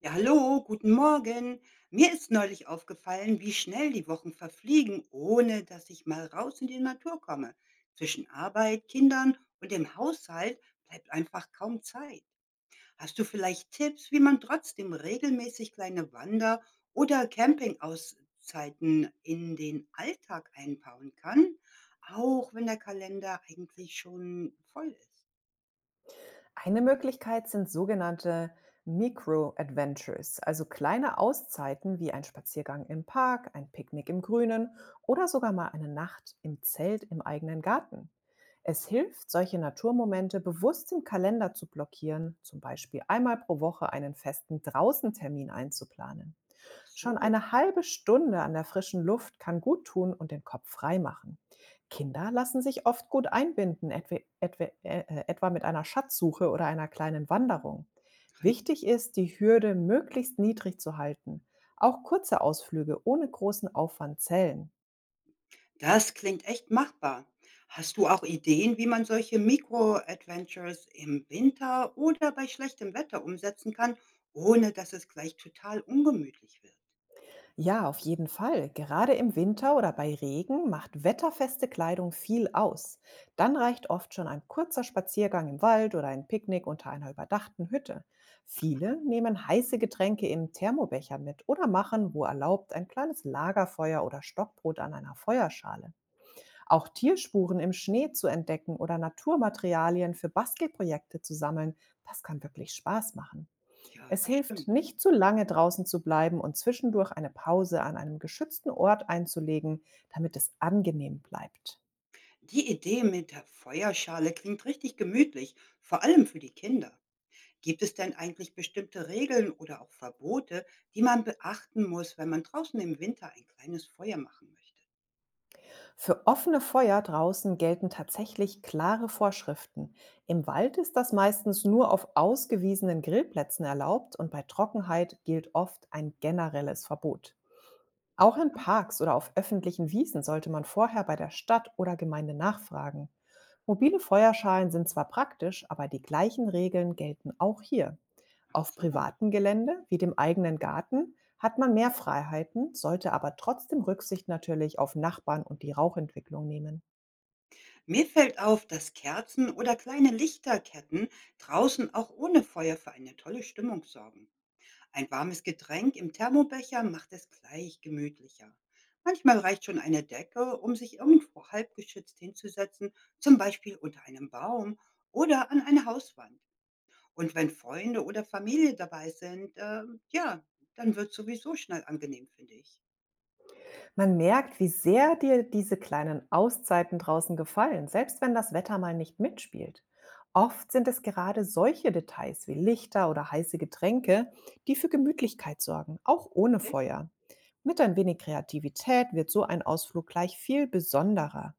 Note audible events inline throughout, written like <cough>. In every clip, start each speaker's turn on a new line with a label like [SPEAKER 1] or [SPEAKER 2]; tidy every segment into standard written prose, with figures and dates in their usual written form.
[SPEAKER 1] Ja, hallo, guten Morgen. Mir ist neulich aufgefallen, wie schnell die Wochen verfliegen, ohne dass ich mal raus in die Natur komme. Zwischen Arbeit, Kindern und dem Haushalt bleibt einfach kaum Zeit. Hast du vielleicht Tipps, wie man trotzdem regelmäßig kleine Wander- oder Campingauszeiten in den Alltag einbauen kann, auch wenn der Kalender eigentlich schon voll ist?
[SPEAKER 2] Eine Möglichkeit sind sogenannte Micro-Adventures, also kleine Auszeiten wie ein Spaziergang im Park, ein Picknick im Grünen oder sogar mal eine Nacht im Zelt im eigenen Garten. Es hilft, solche Naturmomente bewusst im Kalender zu blockieren, zum Beispiel einmal pro Woche einen festen Draußentermin einzuplanen.
[SPEAKER 1] Ach
[SPEAKER 2] Schon
[SPEAKER 1] so,
[SPEAKER 2] eine halbe Stunde an der frischen Luft kann gut tun und den Kopf frei machen. Kinder lassen sich oft gut einbinden, etwa mit einer Schatzsuche oder einer kleinen Wanderung.
[SPEAKER 1] <laughs> richtig.
[SPEAKER 2] Wichtig ist, die Hürde möglichst niedrig zu halten. Auch kurze Ausflüge ohne großen Aufwand zählen.
[SPEAKER 1] Das klingt echt machbar. Hast du auch Ideen, wie man solche Mikro-Adventures im Winter oder bei schlechtem Wetter umsetzen kann, ohne dass es gleich total ungemütlich wird?
[SPEAKER 2] Ja, auf jeden Fall. Gerade im Winter oder bei Regen macht wetterfeste Kleidung viel aus. Dann reicht oft schon ein kurzer Spaziergang im Wald oder ein Picknick unter einer überdachten Hütte. Viele nehmen heiße Getränke im Thermobecher mit oder machen, wo erlaubt, ein kleines Lagerfeuer oder Stockbrot an einer Feuerschale. Auch Tierspuren im Schnee zu entdecken oder Naturmaterialien für Bastelprojekte zu sammeln, das kann wirklich Spaß machen.
[SPEAKER 1] Ja,
[SPEAKER 2] Es
[SPEAKER 1] das
[SPEAKER 2] hilft,
[SPEAKER 1] stimmt.
[SPEAKER 2] nicht zu lange draußen zu bleiben und zwischendurch eine Pause an einem geschützten Ort einzulegen, damit es angenehm bleibt.
[SPEAKER 1] Die Idee mit der Feuerschale klingt richtig gemütlich, vor allem für die Kinder. Gibt es denn eigentlich bestimmte Regeln oder auch Verbote, die man beachten muss, wenn man draußen im Winter ein kleines Feuer machen möchte?
[SPEAKER 2] Für offene Feuer draußen gelten tatsächlich klare Vorschriften. Im Wald ist das meistens nur auf ausgewiesenen Grillplätzen erlaubt und bei Trockenheit gilt oft ein generelles Verbot. Auch in
[SPEAKER 1] Ah.
[SPEAKER 2] Parks oder auf öffentlichen Wiesen sollte man vorher bei der Stadt oder Gemeinde nachfragen. Mobile Feuerschalen sind zwar praktisch, aber die gleichen Regeln gelten auch hier.
[SPEAKER 1] Ach
[SPEAKER 2] Auf
[SPEAKER 1] so.
[SPEAKER 2] privatem Gelände, wie dem eigenen Garten, hat man mehr Freiheiten, sollte aber trotzdem Rücksicht natürlich auf Nachbarn und die Rauchentwicklung nehmen.
[SPEAKER 1] Mir fällt auf, dass Kerzen oder kleine Lichterketten draußen auch ohne Feuer für eine tolle Stimmung sorgen. Ein warmes Getränk im Thermobecher macht es gleich gemütlicher. Manchmal reicht schon eine Decke, um sich irgendwo halbgeschützt hinzusetzen, zum Beispiel unter einem Baum oder an eine Hauswand. Und wenn Freunde oder Familie dabei sind, ja, dann wird sowieso schnell angenehm, finde ich.
[SPEAKER 2] Man merkt, wie sehr dir diese kleinen Auszeiten draußen gefallen, selbst wenn das Wetter mal nicht mitspielt. Oft sind es gerade solche Details wie Lichter oder heiße Getränke, die für Gemütlichkeit sorgen, auch ohne Feuer. Mit ein wenig Kreativität wird so ein Ausflug gleich viel besonderer.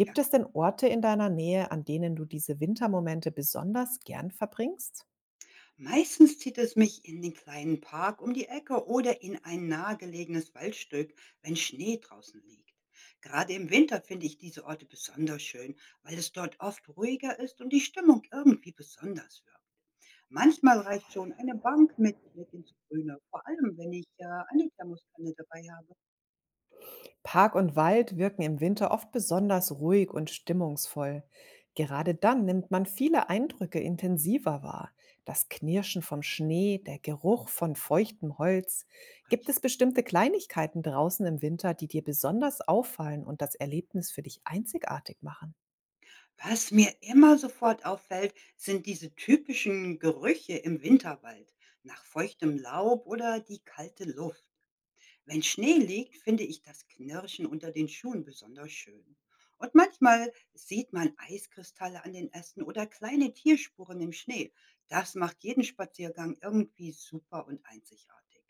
[SPEAKER 1] Okay?
[SPEAKER 2] es denn Orte in deiner Nähe, an denen du diese Wintermomente besonders gern verbringst?
[SPEAKER 1] Meistens zieht es mich in den kleinen Park um die Ecke oder in ein nahegelegenes Waldstück, wenn Schnee draußen liegt. Gerade im Winter finde ich diese Orte besonders schön, weil es dort oft ruhiger ist und die Stimmung irgendwie besonders wirkt. Manchmal reicht schon eine Bank mit Blick ins Grüne, vor allem wenn ich eine Thermoskanne dabei habe.
[SPEAKER 2] Park und Wald wirken im Winter oft besonders ruhig und stimmungsvoll. Gerade dann nimmt man viele Eindrücke intensiver wahr. Das Knirschen vom Schnee, der Geruch von feuchtem Holz. Gibt es
[SPEAKER 1] Richtig.
[SPEAKER 2] bestimmte Kleinigkeiten draußen im Winter, die dir besonders auffallen und das Erlebnis für dich einzigartig machen?
[SPEAKER 1] Was mir immer sofort auffällt, sind diese typischen Gerüche im Winterwald, nach feuchtem Laub oder die kalte Luft. Wenn Schnee liegt, finde ich das Knirschen unter den Schuhen besonders schön. Und manchmal sieht man Eiskristalle an den Ästen oder kleine Tierspuren im Schnee. Das macht jeden Spaziergang irgendwie super und einzigartig.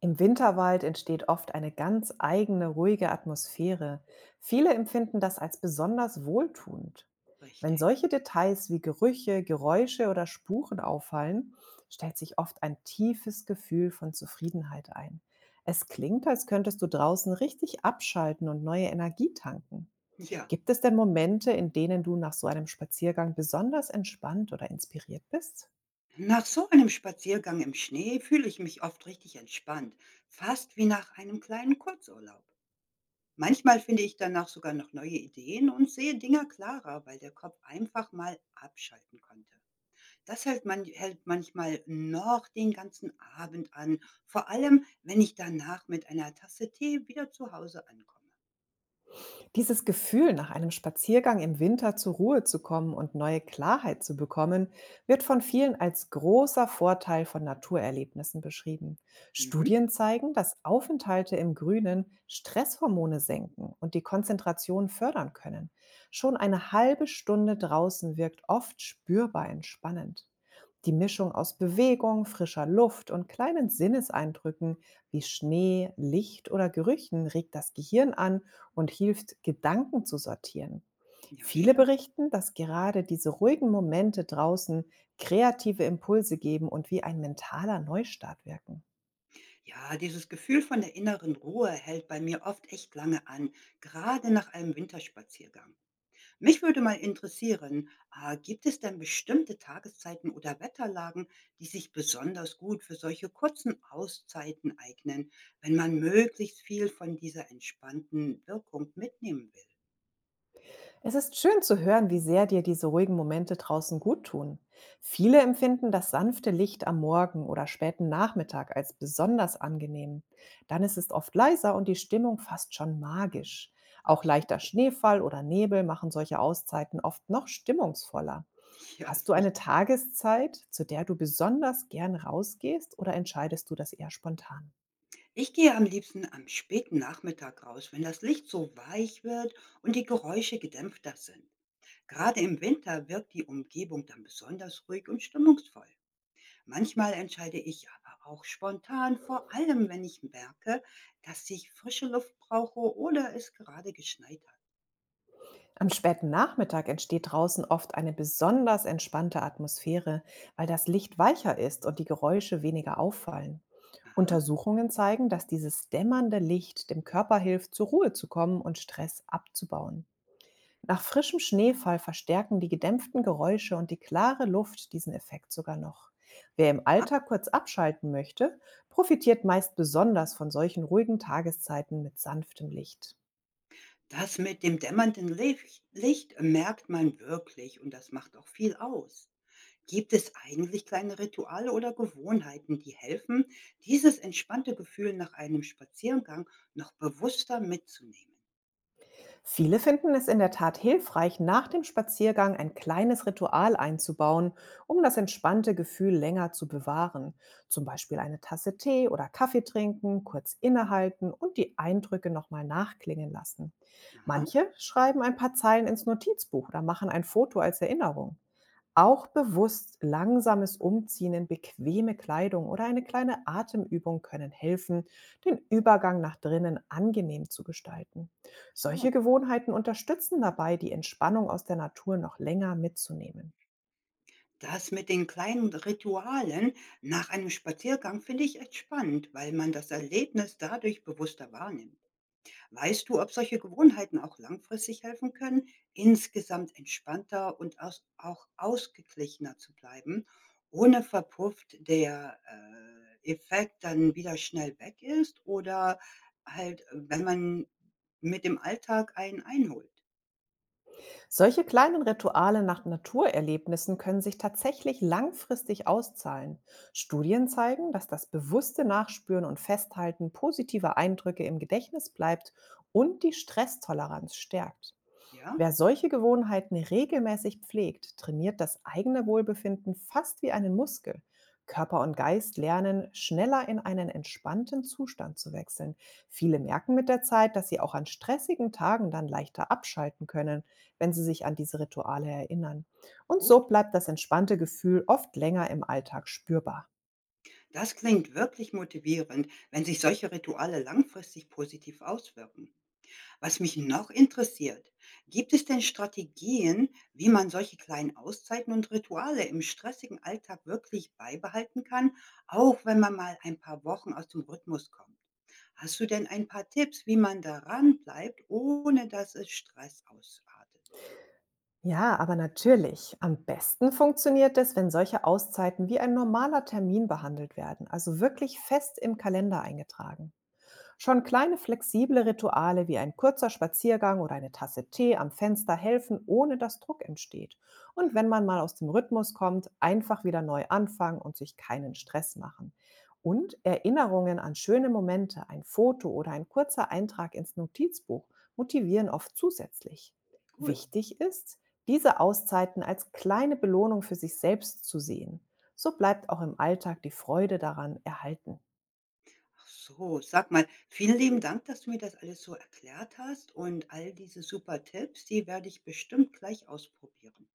[SPEAKER 2] Im Winterwald entsteht oft eine ganz eigene, ruhige Atmosphäre. Viele empfinden das als besonders wohltuend. Wenn
[SPEAKER 1] Richtig.
[SPEAKER 2] solche Details wie Gerüche, Geräusche oder Spuren auffallen, stellt sich oft ein tiefes Gefühl von Zufriedenheit ein. Es klingt, als könntest du draußen richtig abschalten und neue Energie tanken.
[SPEAKER 1] Ja.
[SPEAKER 2] Gibt es denn Momente, in denen du nach so einem Spaziergang besonders entspannt oder inspiriert bist?
[SPEAKER 1] Nach so einem Spaziergang im Schnee fühle ich mich oft richtig entspannt, fast wie nach einem kleinen Kurzurlaub. Manchmal finde ich danach sogar noch neue Ideen und sehe Dinge klarer, weil der Kopf einfach mal abschalten konnte. Das hält manchmal noch den ganzen Abend an, vor allem, wenn ich danach mit einer Tasse Tee wieder zu Hause ankomme.
[SPEAKER 2] Dieses Gefühl, nach einem Spaziergang im Winter zur Ruhe zu kommen und neue Klarheit zu bekommen, wird von vielen als großer Vorteil von Naturerlebnissen beschrieben.
[SPEAKER 1] Mhm.
[SPEAKER 2] Studien zeigen, dass Aufenthalte im Grünen Stresshormone senken und die Konzentration fördern können. Schon eine halbe Stunde draußen wirkt oft spürbar entspannend. Die Mischung aus Bewegung, frischer Luft und kleinen Sinneseindrücken wie Schnee, Licht oder Gerüchen regt das Gehirn an und hilft, Gedanken zu sortieren.
[SPEAKER 1] Ja,
[SPEAKER 2] Viele
[SPEAKER 1] stimmt.
[SPEAKER 2] berichten, dass gerade diese ruhigen Momente draußen kreative Impulse geben und wie ein mentaler Neustart wirken.
[SPEAKER 1] Ja, dieses Gefühl von der inneren Ruhe hält bei mir oft echt lange an, gerade nach einem Winterspaziergang. Mich würde mal interessieren, gibt es denn bestimmte Tageszeiten oder Wetterlagen, die sich besonders gut für solche kurzen Auszeiten eignen, wenn man möglichst viel von dieser entspannten Wirkung mitnehmen will?
[SPEAKER 2] Es ist schön zu hören, wie sehr dir diese ruhigen Momente draußen gut tun. Viele empfinden das sanfte Licht am Morgen oder späten Nachmittag als besonders angenehm. Dann ist es oft leiser und die Stimmung fast schon magisch.
[SPEAKER 1] Ach
[SPEAKER 2] Auch
[SPEAKER 1] so.
[SPEAKER 2] leichter
[SPEAKER 1] <laughs>
[SPEAKER 2] Schneefall oder Nebel machen solche Auszeiten oft noch stimmungsvoller.
[SPEAKER 1] Ja,
[SPEAKER 2] Hast du
[SPEAKER 1] ist richtig.
[SPEAKER 2] eine Tageszeit, zu der du besonders gern rausgehst oder entscheidest du das eher spontan?
[SPEAKER 1] Ich gehe am liebsten am späten Nachmittag raus, wenn das Licht so weich wird und die Geräusche gedämpfter sind. Gerade im Winter wirkt die Umgebung dann besonders ruhig und stimmungsvoll. Manchmal entscheide ich aber auch spontan, vor allem wenn ich merke, dass ich frische Luft brauche oder es gerade geschneit hat.
[SPEAKER 2] Am späten Nachmittag entsteht draußen oft eine besonders entspannte Atmosphäre, weil das Licht weicher ist und die Geräusche weniger auffallen.
[SPEAKER 1] Aha,
[SPEAKER 2] Untersuchungen zeigen, dass dieses dämmernde Licht dem Körper hilft, zur Ruhe zu kommen und Stress abzubauen. Nach frischem Schneefall verstärken die gedämpften Geräusche und die klare Luft diesen Effekt sogar noch. Wer im
[SPEAKER 1] aha.
[SPEAKER 2] Alltag kurz abschalten möchte, profitiert meist besonders von solchen ruhigen Tageszeiten mit sanftem Licht.
[SPEAKER 1] Das mit dem dämmernden Licht merkt man wirklich und das macht auch viel aus. Gibt es eigentlich kleine Rituale oder Gewohnheiten, die helfen, dieses entspannte Gefühl nach einem Spaziergang noch bewusster mitzunehmen?
[SPEAKER 2] Viele finden es in der Tat hilfreich, nach dem Spaziergang ein kleines Ritual einzubauen, um das entspannte Gefühl länger zu bewahren. Zum Beispiel eine Tasse Tee oder Kaffee trinken, kurz innehalten und die Eindrücke nochmal nachklingen lassen.
[SPEAKER 1] Aha,
[SPEAKER 2] Manche schreiben ein paar Zeilen ins Notizbuch oder machen ein Foto als Erinnerung. Auch bewusst langsames Umziehen in bequeme Kleidung oder eine kleine Atemübung können helfen, den Übergang nach drinnen angenehm zu gestalten.
[SPEAKER 1] so.
[SPEAKER 2] Solche Gewohnheiten unterstützen dabei, die Entspannung aus der Natur noch länger mitzunehmen.
[SPEAKER 1] Das mit den kleinen Ritualen nach einem Spaziergang finde ich echt spannend, weil man das Erlebnis dadurch bewusster wahrnimmt. Weißt du, ob solche Gewohnheiten auch langfristig helfen können, insgesamt entspannter und aus, auch ausgeglichener zu bleiben, ohne verpufft der Effekt dann wieder schnell weg ist oder halt, wenn man mit dem Alltag einen einholt?
[SPEAKER 2] Solche kleinen Rituale nach Naturerlebnissen können sich tatsächlich langfristig auszahlen. Studien zeigen, dass das bewusste Nachspüren und Festhalten positiver Eindrücke im Gedächtnis bleibt und die Stresstoleranz stärkt.
[SPEAKER 1] Ja,
[SPEAKER 2] Wer solche Gewohnheiten regelmäßig pflegt, trainiert das eigene Wohlbefinden fast wie einen Muskel. Körper und Geist lernen, schneller in einen entspannten Zustand zu wechseln. Viele merken mit der Zeit, dass sie auch an stressigen Tagen dann leichter abschalten können, wenn sie sich an diese Rituale erinnern. Und
[SPEAKER 1] gut.
[SPEAKER 2] so bleibt das entspannte Gefühl oft länger im Alltag spürbar.
[SPEAKER 1] Das klingt wirklich motivierend, wenn sich solche Rituale langfristig positiv auswirken. Was mich noch interessiert, gibt es denn Strategien, wie man solche kleinen Auszeiten und Rituale im stressigen Alltag wirklich beibehalten kann, auch wenn man mal ein paar Wochen aus dem Rhythmus kommt? Hast du denn ein paar Tipps, wie man daran bleibt, ohne dass es Stress ausartet?
[SPEAKER 2] Ja, aber natürlich. Am besten funktioniert es, wenn solche Auszeiten wie ein normaler Termin behandelt werden, also wirklich fest im Kalender eingetragen. Schon kleine flexible Rituale wie ein kurzer Spaziergang oder eine Tasse Tee am Fenster helfen, ohne dass Druck entsteht. Und wenn man mal aus dem Rhythmus kommt, einfach wieder neu anfangen und sich keinen Stress machen. Und Erinnerungen an schöne Momente, ein Foto oder ein kurzer Eintrag ins Notizbuch motivieren oft zusätzlich.
[SPEAKER 1] Gut.
[SPEAKER 2] Wichtig ist, diese Auszeiten als kleine Belohnung für sich selbst zu sehen. So bleibt auch im Alltag die Freude daran erhalten.
[SPEAKER 1] Ach so, sag mal, vielen lieben Dank, dass du mir das alles so erklärt hast und all diese super Tipps, die werde ich bestimmt gleich ausprobieren.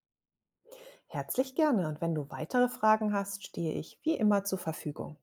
[SPEAKER 2] Herzlich gerne und wenn du weitere Fragen hast, stehe ich wie immer zur Verfügung.